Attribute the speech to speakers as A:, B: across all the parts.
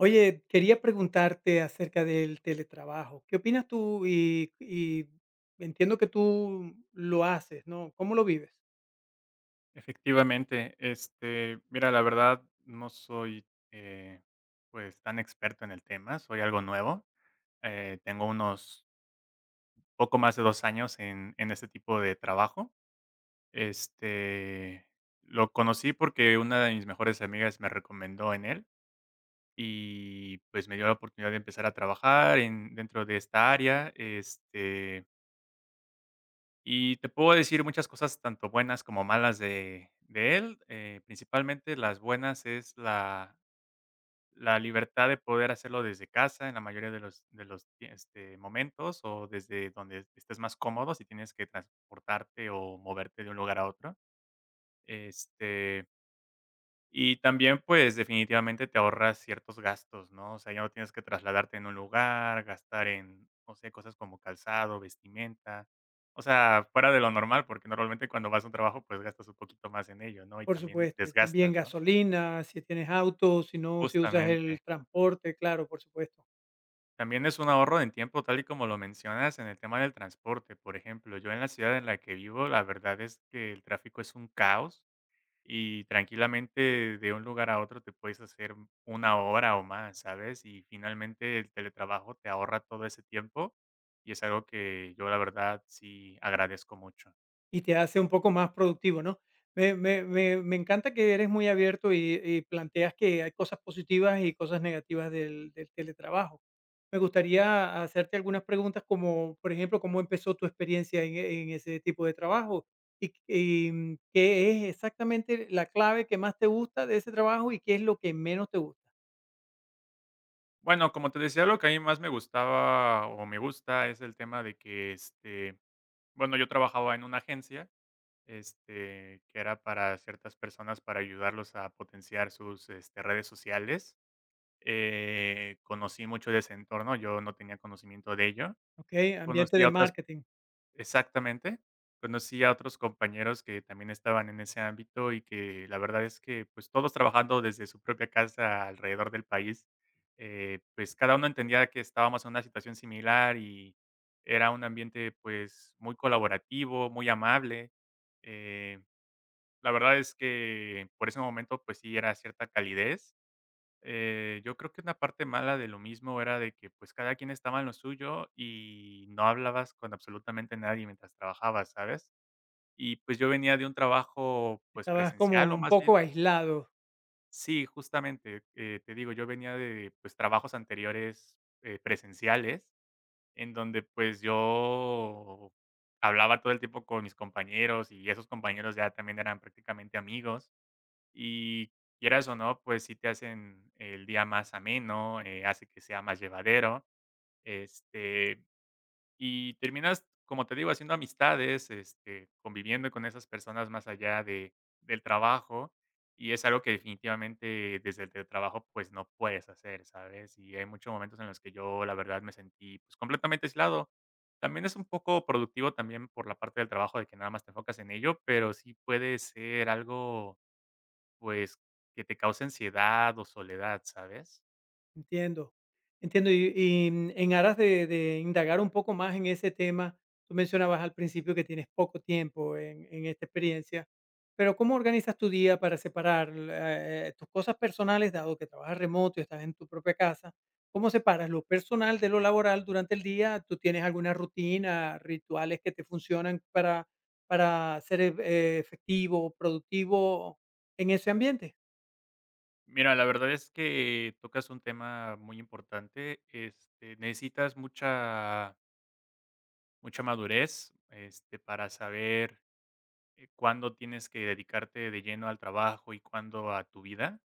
A: Oye, quería preguntarte acerca del teletrabajo. ¿Qué opinas tú? Y entiendo que tú lo haces, ¿no? ¿Cómo lo vives?
B: Efectivamente, mira, la verdad no soy, eh, pues, tan experto en el tema, soy algo nuevo. Tengo unos poco más de 2 años en este tipo de trabajo. Este, lo conocí porque una de mis mejores amigas me recomendó en él y, pues, me dio la oportunidad de empezar a trabajar en dentro de esta área. Y te puedo decir muchas cosas, tanto buenas como malas de él, principalmente las buenas es la libertad de poder hacerlo desde casa en la mayoría de los momentos, o desde donde estés más cómodo, si tienes que transportarte o moverte de un lugar a otro. Este y también, pues, definitivamente te ahorras ciertos gastos, ¿no? O sea, ya no tienes que trasladarte en un lugar, gastar en, no sé, cosas como calzado, vestimenta. O sea, fuera de lo normal, porque normalmente cuando vas a un trabajo, pues gastas un poquito más en ello, ¿no? Y
A: Por
B: también
A: supuesto, y también
B: desgastas, ¿no?
A: gasolina, si tienes auto, si no, si usas el
B: Justamente.
A: transporte, claro, por supuesto.
B: También es un ahorro en tiempo, tal y como lo mencionas, en el tema del transporte. Por ejemplo, yo en la ciudad en la que vivo, la verdad es que el tráfico es un caos. Y tranquilamente de un lugar a otro te puedes hacer una hora o más, ¿sabes? Y finalmente el teletrabajo te ahorra todo ese tiempo, y es algo que yo la verdad sí agradezco mucho.
A: Y te hace un poco más productivo, ¿no? Me encanta que eres muy abierto y planteas que hay cosas positivas y cosas negativas del teletrabajo. Me gustaría hacerte algunas preguntas como, por ejemplo, ¿cómo empezó tu experiencia en en ese tipo de trabajo? ¿Qué es exactamente la clave que más te gusta de ese trabajo y qué es lo que menos te gusta?
B: Bueno, como te decía, lo que a mí más me gustaba o me gusta es el tema de que, bueno, yo trabajaba en una agencia, que era para ciertas personas, para ayudarlos a potenciar sus, redes sociales. Conocí mucho de ese entorno, yo no tenía conocimiento de ello.
A: ¿Ok? Ambiente
B: Conocí
A: de
B: a otras,
A: marketing.
B: exactamente, conocí a otros compañeros que también estaban en ese ámbito y que la verdad es que, pues, todos trabajando desde su propia casa alrededor del país, pues, cada uno entendía que estábamos en una situación similar y era un ambiente, pues, muy colaborativo, muy amable. Eh, la verdad es que por ese momento, pues sí, era cierta calidez. Yo creo que una parte mala de lo mismo era de que, pues, cada quien estaba en lo suyo y no hablabas con absolutamente nadie mientras trabajabas, ¿sabes? Y, pues, yo venía de un trabajo, pues,
A: Estabas como
B: presencial o
A: un
B: más
A: poco
B: bien
A: aislado.
B: sí, justamente, te digo, yo venía de, pues, trabajos anteriores, presenciales, en donde, pues, yo hablaba todo el tiempo con mis compañeros y esos compañeros ya también eran prácticamente amigos. Y quieras o no, pues sí te hacen el día más ameno, hace que sea más llevadero, este, y terminas, como te digo, haciendo amistades, conviviendo con esas personas más allá de del trabajo, y es algo que definitivamente desde el trabajo pues, no puedes hacer, ¿sabes? Y hay muchos momentos en los que yo, la verdad, me sentí, pues, completamente aislado. También es un poco productivo también por la parte del trabajo de que nada más te enfocas en ello, pero sí puede ser algo, pues, que te cause ansiedad o soledad, ¿sabes?
A: Entiendo, entiendo. En aras de indagar un poco más en ese tema, tú mencionabas al principio que tienes poco tiempo en esta experiencia, pero ¿cómo organizas tu día para separar, tus cosas personales, dado que trabajas remoto y estás en tu propia casa? ¿Cómo separas lo personal de lo laboral durante el día? ¿Tú tienes alguna rutina, rituales que te funcionan para ser efectivo, productivo en ese ambiente?
B: Mira, la verdad es que tocas un tema muy importante, necesitas mucha madurez, para saber, cuándo tienes que dedicarte de lleno al trabajo y cuándo a tu vida.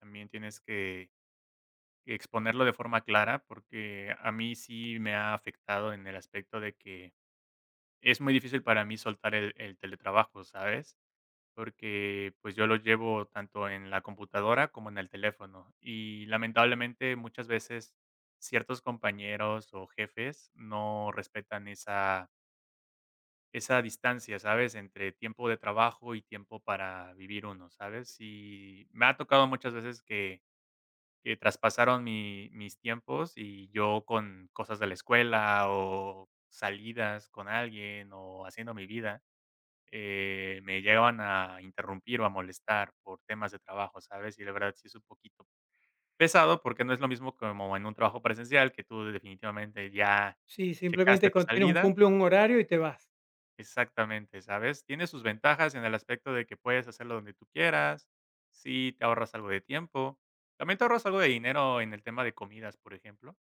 B: También tienes que exponerlo de forma clara, porque a mí sí me ha afectado en el aspecto de que es muy difícil para mí soltar el teletrabajo, ¿sabes? Porque pues yo lo llevo tanto en la computadora como en el teléfono y lamentablemente muchas veces ciertos compañeros o jefes no respetan esa, esa distancia, ¿sabes? Entre tiempo de trabajo y tiempo para vivir uno, ¿sabes? Y me ha tocado muchas veces que traspasaron mis tiempos y yo con cosas de la escuela o salidas con alguien o haciendo mi vida, me llegaban a interrumpir o a molestar por temas de trabajo, ¿sabes? Y la verdad sí es un poquito pesado porque no es lo mismo como en un trabajo presencial que tú definitivamente ya
A: Sí,
B: checaste
A: simplemente
B: tu
A: con tienes un
B: salida.
A: cumple un horario y te vas.
B: Exactamente, ¿sabes? Tiene sus ventajas en el aspecto de que puedes hacerlo donde tú quieras, sí te ahorras algo de tiempo, también te ahorras algo de dinero en el tema de comidas, por ejemplo,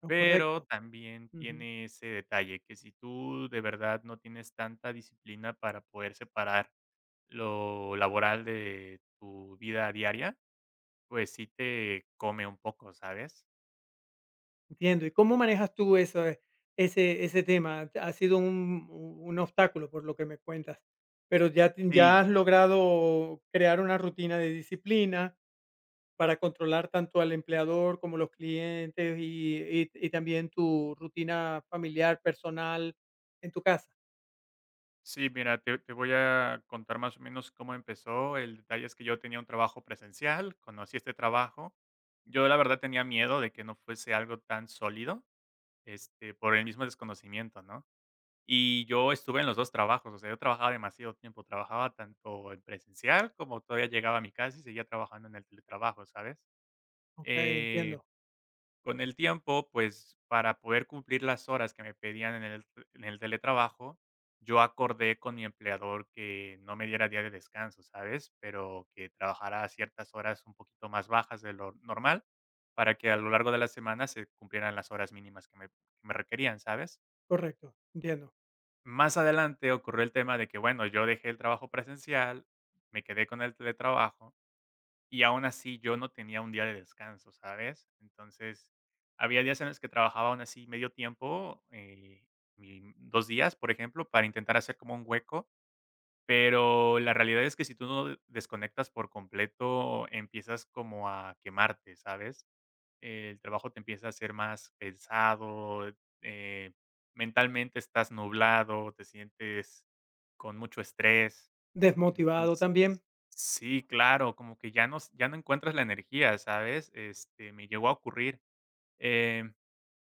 A: No,
B: pero
A: correcto.
B: también
A: Ujú.
B: tiene ese detalle, que si tú de verdad no tienes tanta disciplina para poder separar lo laboral de tu vida diaria, pues sí te come un poco, ¿sabes?
A: Entiendo. Y cómo manejas tú eso, ese ese tema? Ha sido un obstáculo, por lo que me cuentas, pero ya has
B: Sí,
A: logrado crear una rutina de disciplina para controlar tanto al empleador como los clientes y también tu rutina familiar, personal en tu casa.
B: sí, mira, te voy a contar más o menos cómo empezó. El detalle es que yo tenía un trabajo presencial, conocí este trabajo. Yo la verdad tenía miedo de que no fuese algo tan sólido, por el mismo desconocimiento, ¿no? Y yo estuve en los 2 trabajos, o sea, yo trabajaba demasiado tiempo, trabajaba tanto en presencial como todavía llegaba a mi casa y seguía trabajando en el teletrabajo, ¿sabes?
A: Okey,
B: Eh,
A: entiendo.
B: con el tiempo, pues, para poder cumplir las horas que me pedían en el teletrabajo, yo acordé con mi empleador que no me diera día de descanso, ¿sabes? Pero que trabajara a ciertas horas un poquito más bajas de lo normal, para que a lo largo de la semana se cumplieran las horas mínimas que me requerían, ¿sabes?
A: Correcto, entiendo.
B: Más adelante ocurrió el tema de que, bueno, yo dejé el trabajo presencial, me quedé con el teletrabajo y aún así yo no tenía un día de descanso, ¿sabes? Entonces, había días en los que trabajaba aún así medio tiempo, 2 días, por ejemplo, para intentar hacer como un hueco, pero la realidad es que si tú no desconectas por completo, empiezas como a quemarte, ¿sabes? El trabajo te empieza a ser más pensado. eh, mentalmente estás nublado, te sientes con mucho estrés.
A: ¿Desmotivado
B: Entonces
A: también?
B: sí, claro, como que ya no encuentras la energía, ¿sabes? Me llegó a ocurrir, em,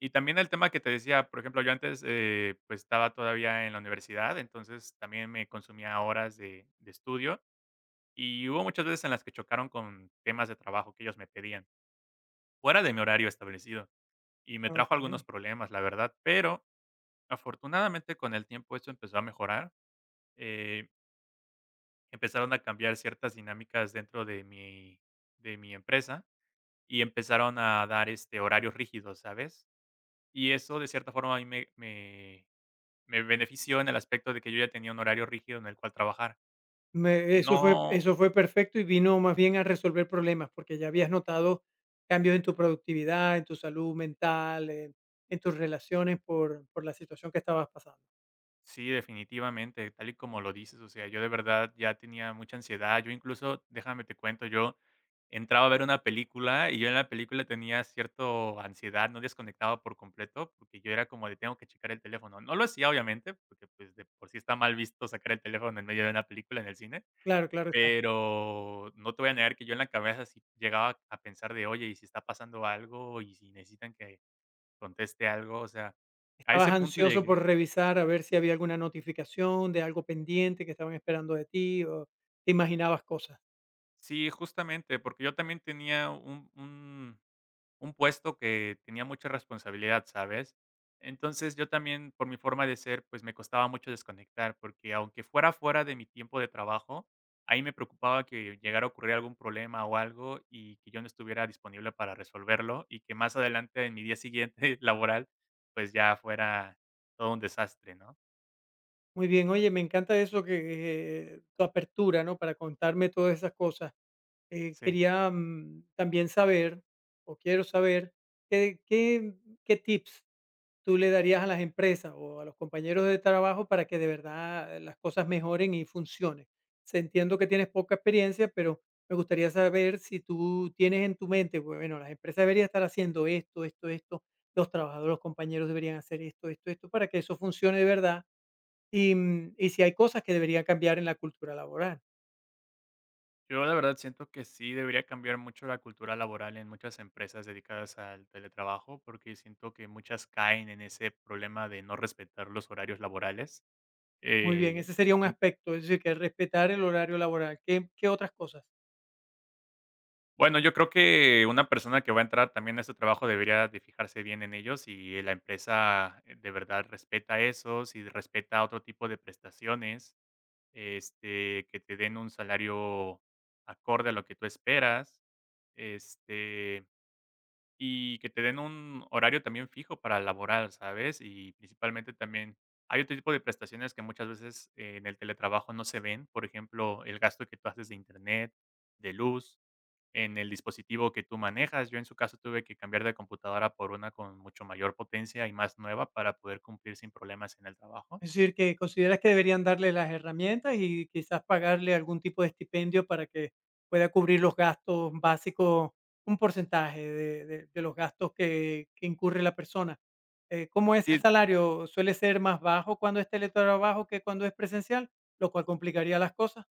B: y también el tema que te decía, por ejemplo, yo antes, pues, estaba todavía en la universidad, entonces también me consumía horas de estudio, y hubo muchas veces en las que chocaron con temas de trabajo que ellos me pedían, fuera de mi horario establecido y me trajo algunos
A: Okey.
B: problemas, la verdad, pero afortunadamente con el tiempo esto empezó a mejorar. eh, empezaron a cambiar ciertas dinámicas dentro de mi empresa y empezaron a dar, horarios rígidos, ¿sabes? Y eso de cierta forma a mí me benefició en el aspecto de que yo ya tenía un horario rígido en el cual trabajar.
A: Me
B: No.
A: eso fue perfecto y vino más bien a resolver problemas, porque ya habías notado cambios en tu productividad, en tu salud mental, en tus relaciones por la situación que estabas pasando.
B: Sí, definitivamente, tal y como lo dices, o sea, yo de verdad ya tenía mucha ansiedad, yo incluso, déjame te cuento, yo entraba a ver una película y yo en la película tenía cierto ansiedad, no desconectaba por completo, porque yo era como de tengo que checar el teléfono. No lo hacía, obviamente, porque pues de por sí está mal visto sacar el teléfono en medio de una película en el cine,
A: Claro, claro está.
B: pero no te voy a negar que yo en la cabeza sí llegaba a pensar de, oye, ¿y si está pasando algo? ¿Y si necesitan que conteste algo? O sea, a ese
A: ¿Estabas
B: punto
A: ansioso
B: llegué.
A: por revisar a ver si había alguna notificación de algo pendiente que estaban esperando de ti, o te imaginabas cosas?
B: Sí, justamente, porque yo también tenía un puesto que tenía mucha responsabilidad, ¿sabes? Entonces, yo también, por mi forma de ser, pues, me costaba mucho desconectar, porque aunque fuera fuera de mi tiempo de trabajo, ahí me preocupaba que llegara a ocurrir algún problema o algo, y que yo no estuviera disponible para resolverlo, y que más adelante en mi día siguiente laboral, pues, ya fuera todo un desastre, ¿no?
A: Muy bien, oye, me encanta eso que, tu apertura, ¿no? Para contarme todas esas cosas.
B: Sí.
A: Quería, también saber, o quiero saber, ¿qué, qué, ¿qué tips tú le darías a las empresas o a los compañeros de trabajo para que de verdad las cosas mejoren y funcionen? Se entiendo que tienes poca experiencia, pero me gustaría saber si tú tienes en tu mente, bueno, las empresas deberían estar haciendo esto, esto, esto, los trabajadores, los compañeros deberían hacer esto, esto, esto, para que eso funcione de verdad y si hay cosas que deberían cambiar en la cultura laboral.
B: Yo la verdad siento que sí debería cambiar mucho la cultura laboral en muchas empresas dedicadas al teletrabajo, porque siento que muchas caen en ese problema de no respetar los horarios laborales.
A: Muy bien,
B: Eh,
A: ese sería un
B: en-
A: aspecto, es decir, que respetar el horario laboral. ¿Qué otras cosas?
B: bueno, yo creo que una persona que va a entrar también a este trabajo debería de fijarse bien en ellos y la empresa, de verdad respeta eso, si respeta otro tipo de prestaciones, que te den un salario acorde a lo que tú esperas. Este, Y que te den un horario también fijo para laborar, ¿sabes? Y principalmente también hay otro tipo de prestaciones que muchas veces, en el teletrabajo no se ven, por ejemplo, el gasto que tú haces de internet, de luz, en el dispositivo que tú manejas. Yo en su caso tuve que cambiar de computadora por una con mucho mayor potencia y más nueva para poder cumplir sin problemas en el trabajo.
A: Es decir, que consideras que deberían darle las herramientas y quizás pagarle algún tipo de estipendio para que pueda cubrir los gastos básicos, un porcentaje de los gastos que incurre la persona. ¿Cómo es el
B: Sí.
A: salario? ¿Suele ser más bajo cuando es teletrabajo que cuando es presencial? Lo cual complicaría las cosas.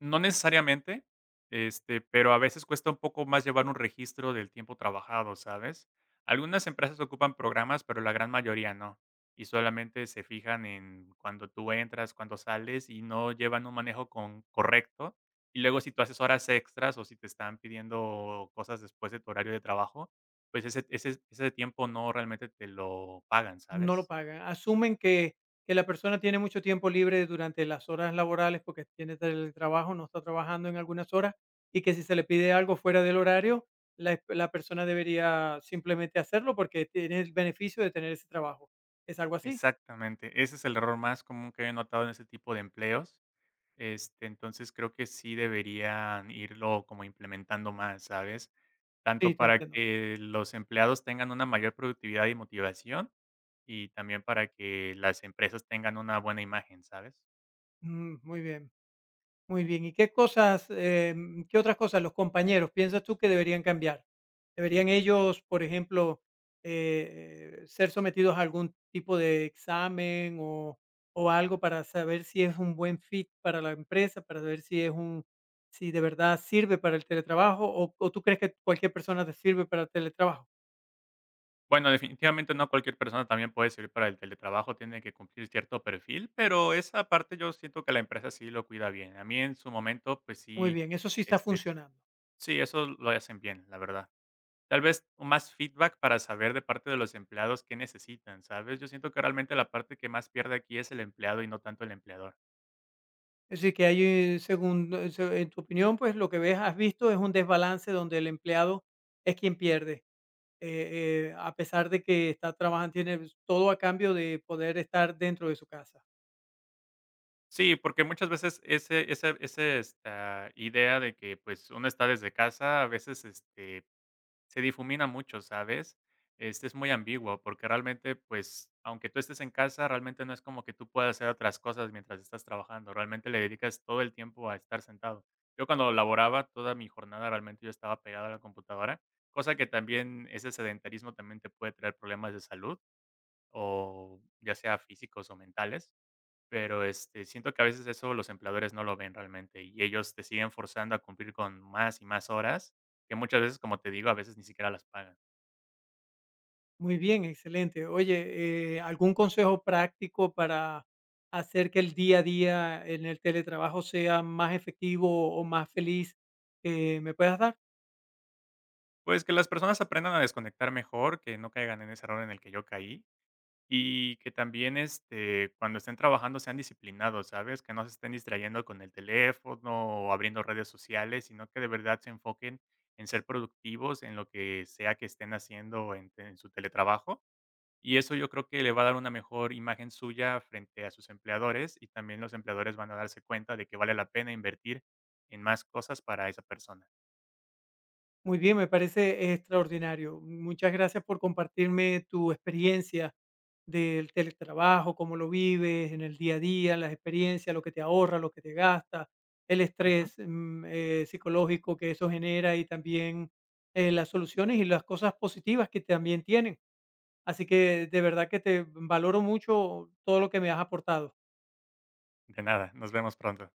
B: No necesariamente, pero a veces cuesta un poco más llevar un registro del tiempo trabajado, ¿sabes? Algunas empresas ocupan programas, pero la gran mayoría no. Y solamente se fijan en cuando tú entras, cuando sales y no llevan un manejo con, correcto. Y luego si tú haces horas extras o si te están pidiendo cosas después de tu horario de trabajo, pues ese tiempo no realmente te lo pagan,
A: No lo
B: ¿sabes?
A: pagan. Asumen que la persona tiene mucho tiempo libre durante las horas laborales, porque tiene trabajo no está trabajando en algunas horas, y que si se le pide algo fuera del horario, la la persona debería simplemente hacerlo porque tiene el beneficio de tener ese trabajo. ¿Es algo así?
B: Exactamente. Ese es el error más común que he notado en ese tipo de empleos. Entonces creo que sí deberían irlo como implementando más, ¿sabes? Tanto
A: Sí, te
B: para
A: entiendo.
B: que los empleados tengan una mayor productividad y motivación, y también para que las empresas tengan una buena imagen, ¿sabes?
A: Muy bien. Muy bien, ¿y qué cosas, qué otras cosas los compañeros piensas tú que deberían cambiar? ¿Deberían ellos, por ejemplo, ser sometidos a algún tipo de examen o algo para saber si es un buen fit para la empresa, para saber si es un, si de verdad sirve para el teletrabajo o tú crees que cualquier persona te sirve para el teletrabajo?
B: Bueno, definitivamente no cualquier persona también puede servir para el teletrabajo, tiene que cumplir cierto perfil, pero esa parte yo siento que la empresa sí lo cuida bien. A mí en su momento, pues
A: Muy
B: sí,
A: bien, eso sí está
B: este,
A: funcionando.
B: sí, eso lo hacen bien, la verdad. Tal vez más feedback para saber de parte de los empleados qué necesitan, ¿sabes? Yo siento que realmente la parte que más pierde aquí es el empleado y no tanto el empleador.
A: Es decir, que hay, según, se- en tu opinión, pues lo que ves, has visto es un desbalance donde el empleado es quien pierde. A pesar de que está trabajando, tiene todo a cambio de poder estar dentro de su casa.
B: Sí, porque muchas veces ese, esa esta idea de que pues uno está desde casa, a veces se difumina mucho, ¿sabes? Es muy ambiguo, porque realmente, pues, aunque tú estés en casa, realmente no es como que tú puedas hacer otras cosas mientras estás trabajando. Realmente le dedicas todo el tiempo a estar sentado. Yo cuando laboraba, toda mi jornada realmente yo estaba pegado a la computadora, cosa que también ese sedentarismo también te puede traer problemas de salud, o ya sea físicos o mentales. Pero, siento que a veces eso los empleadores no lo ven realmente, y ellos te siguen forzando a cumplir con más y más horas, que muchas veces, como te digo, a veces ni siquiera las pagan.
A: Muy bien, excelente. Oye, ¿algún consejo práctico para hacer que el día a día en el teletrabajo sea más efectivo o más feliz que me puedas dar?
B: Pues, que las personas aprendan a desconectar mejor, que no caigan en ese error en el que yo caí, y que también, cuando estén trabajando sean disciplinados, ¿sabes? Que no se estén distrayendo con el teléfono o abriendo redes sociales, sino que de verdad se enfoquen en ser productivos en lo que sea que estén haciendo en su teletrabajo. Y eso yo creo que le va a dar una mejor imagen suya frente a sus empleadores y también los empleadores van a darse cuenta de que vale la pena invertir en más cosas para esa persona.
A: Muy bien, me parece extraordinario. Muchas gracias por compartirme tu experiencia del teletrabajo, cómo lo vives en el día a día, las experiencias, lo que te ahorra, lo que te gasta, el
B: Ujú.
A: estrés psicológico que eso genera y también las soluciones y las cosas positivas que también tienen. Así que de verdad que te valoro mucho todo lo que me has aportado.
B: De nada, nos vemos pronto.